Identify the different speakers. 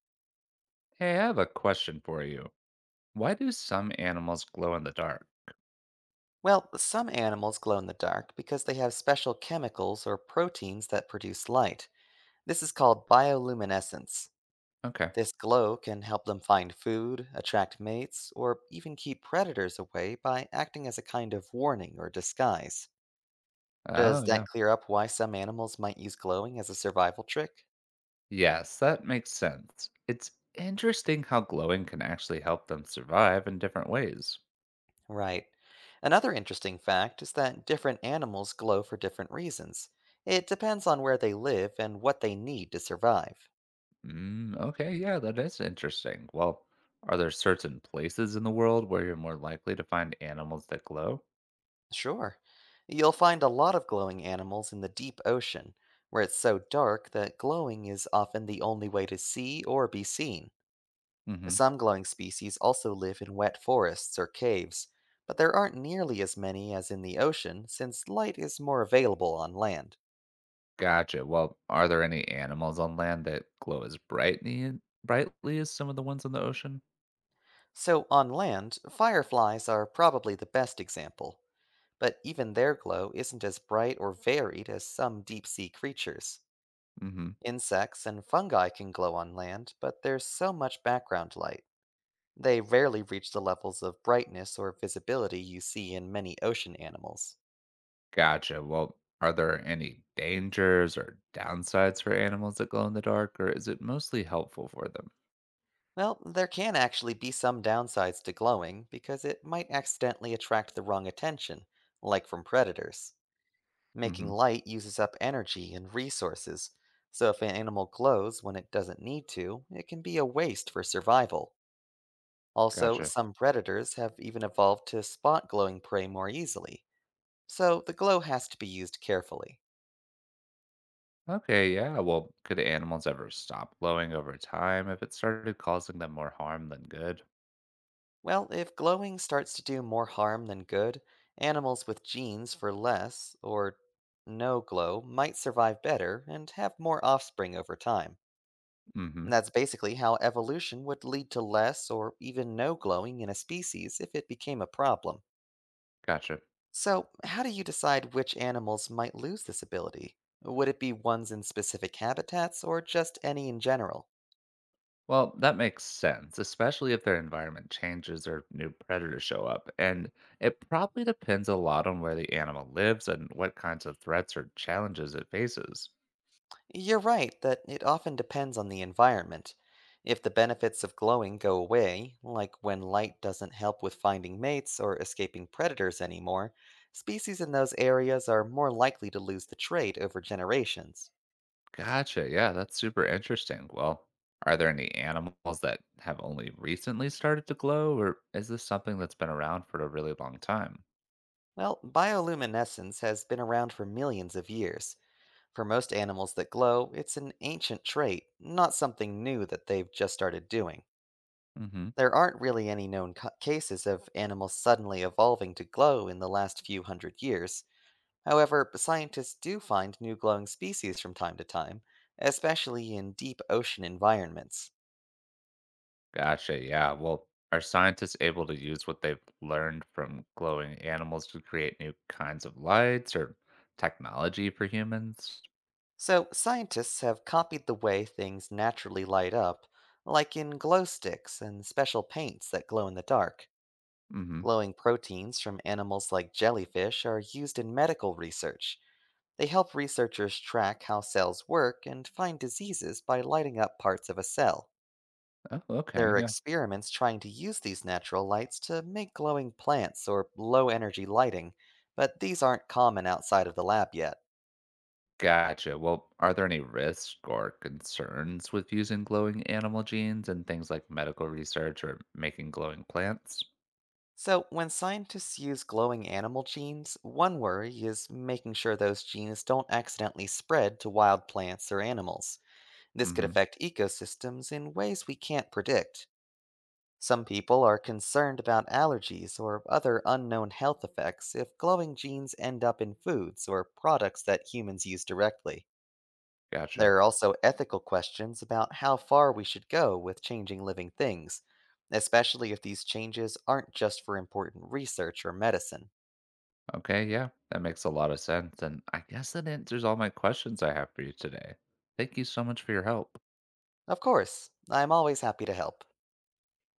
Speaker 1: Hey, I have a question for you. Why do some animals glow in the dark?
Speaker 2: Well, some animals glow in the dark because they have special chemicals or proteins that produce light. This is called bioluminescence.
Speaker 1: Okay.
Speaker 2: This glow can help them find food, attract mates, or even keep predators away by acting as a kind of warning or disguise. Does
Speaker 1: Oh,
Speaker 2: that
Speaker 1: yeah.
Speaker 2: clear up why some animals might use glowing as a survival trick?
Speaker 1: Yes, that makes sense. It's interesting how glowing can actually help them survive in different ways.
Speaker 2: Right. Another interesting fact is that different animals glow for different reasons. It depends on where they live and what they need to survive.
Speaker 1: Mm, okay, yeah, that is interesting. Well, are there certain places in the world where you're more likely to find animals that glow?
Speaker 2: Sure. You'll find a lot of glowing animals in the deep ocean, where it's so dark that glowing is often the only way to see or be seen.
Speaker 1: Mm-hmm.
Speaker 2: Some glowing species also live in wet forests or caves, but there aren't nearly as many as in the ocean since light is more available on land.
Speaker 1: Gotcha. Well, are there any animals on land that glow as brightly as some of the ones in the ocean?
Speaker 2: So, on land, fireflies are probably the best example, but even their glow isn't as bright or varied as some deep sea creatures.
Speaker 1: Mm-hmm.
Speaker 2: Insects and fungi can glow on land, but there's so much background light. They rarely reach the levels of brightness or visibility you see in many ocean animals.
Speaker 1: Gotcha. Well, are there any dangers or downsides for animals that glow in the dark, or is it mostly helpful for them?
Speaker 2: Well, there can actually be some downsides to glowing because it might accidentally attract the wrong attention, like from predators. Making
Speaker 1: Hmm.
Speaker 2: light uses up energy and resources, so if an animal glows when it doesn't need to, it can be a waste for survival. Also,
Speaker 1: Gotcha.
Speaker 2: some predators have even evolved to spot glowing prey more easily. So the glow has to be used carefully.
Speaker 1: Okay, yeah. Well, could animals ever stop glowing over time if it started causing them more harm than good?
Speaker 2: Well, if glowing starts to do more harm than good, animals with genes for less or no glow might survive better and have more offspring over time.
Speaker 1: Hmm.
Speaker 2: And that's basically how evolution would lead to less or even no glowing in a species if it became a problem.
Speaker 1: Gotcha.
Speaker 2: So, how do you decide which animals might lose this ability? Would it be ones in specific habitats or just any in general?
Speaker 1: Well, that makes sense, especially if their environment changes or new predators show up. And it probably depends a lot on where the animal lives and what kinds of threats or challenges it faces.
Speaker 2: You're right that it often depends on the environment. If the benefits of glowing go away, like when light doesn't help with finding mates or escaping predators anymore, species in those areas are more likely to lose the trait over generations.
Speaker 1: Gotcha. Yeah, that's super interesting. Well, are there any animals that have only recently started to glow, or is this something that's been around for a really long time?
Speaker 2: Well, bioluminescence has been around for millions of years. For most animals that glow, it's an ancient trait, not something new that they've just started doing.
Speaker 1: Hmm.
Speaker 2: There aren't really any known cases of animals suddenly evolving to glow in the last few hundred years. However, scientists do find new glowing species from time to time, especially in deep ocean environments.
Speaker 1: Gotcha. Yeah. Well, are scientists able to use what they've learned from glowing animals to create new kinds of lights or technology for humans?
Speaker 2: So, scientists have copied the way things naturally light up, like in glow sticks and special paints that glow in the dark.
Speaker 1: Hmm.
Speaker 2: Glowing proteins from animals like jellyfish are used in medical research. They help researchers track how cells work and find diseases by lighting up parts of a cell.
Speaker 1: Oh,
Speaker 2: There
Speaker 1: okay.
Speaker 2: are
Speaker 1: Yeah.
Speaker 2: experiments trying to use these natural lights to make glowing plants or low energy lighting, but these aren't common outside of the lab yet.
Speaker 1: Gotcha. Well, are there any risks or concerns with using glowing animal genes and things like medical research or making glowing plants?
Speaker 2: So, when scientists use glowing animal genes, one worry is making sure those genes don't accidentally spread to wild plants or animals. This could
Speaker 1: Hmm.
Speaker 2: affect ecosystems in ways we can't predict. Some people are concerned about allergies or other unknown health effects if glowing genes end up in foods or products that humans use directly.
Speaker 1: Gotcha.
Speaker 2: There are also ethical questions about how far we should go with changing living things, especially if these changes aren't just for important research or medicine.
Speaker 1: Okay, yeah, that makes a lot of sense. And I guess that answers all my questions I have for you today. Thank you so much for your help.
Speaker 2: Of course, I'm always happy to help.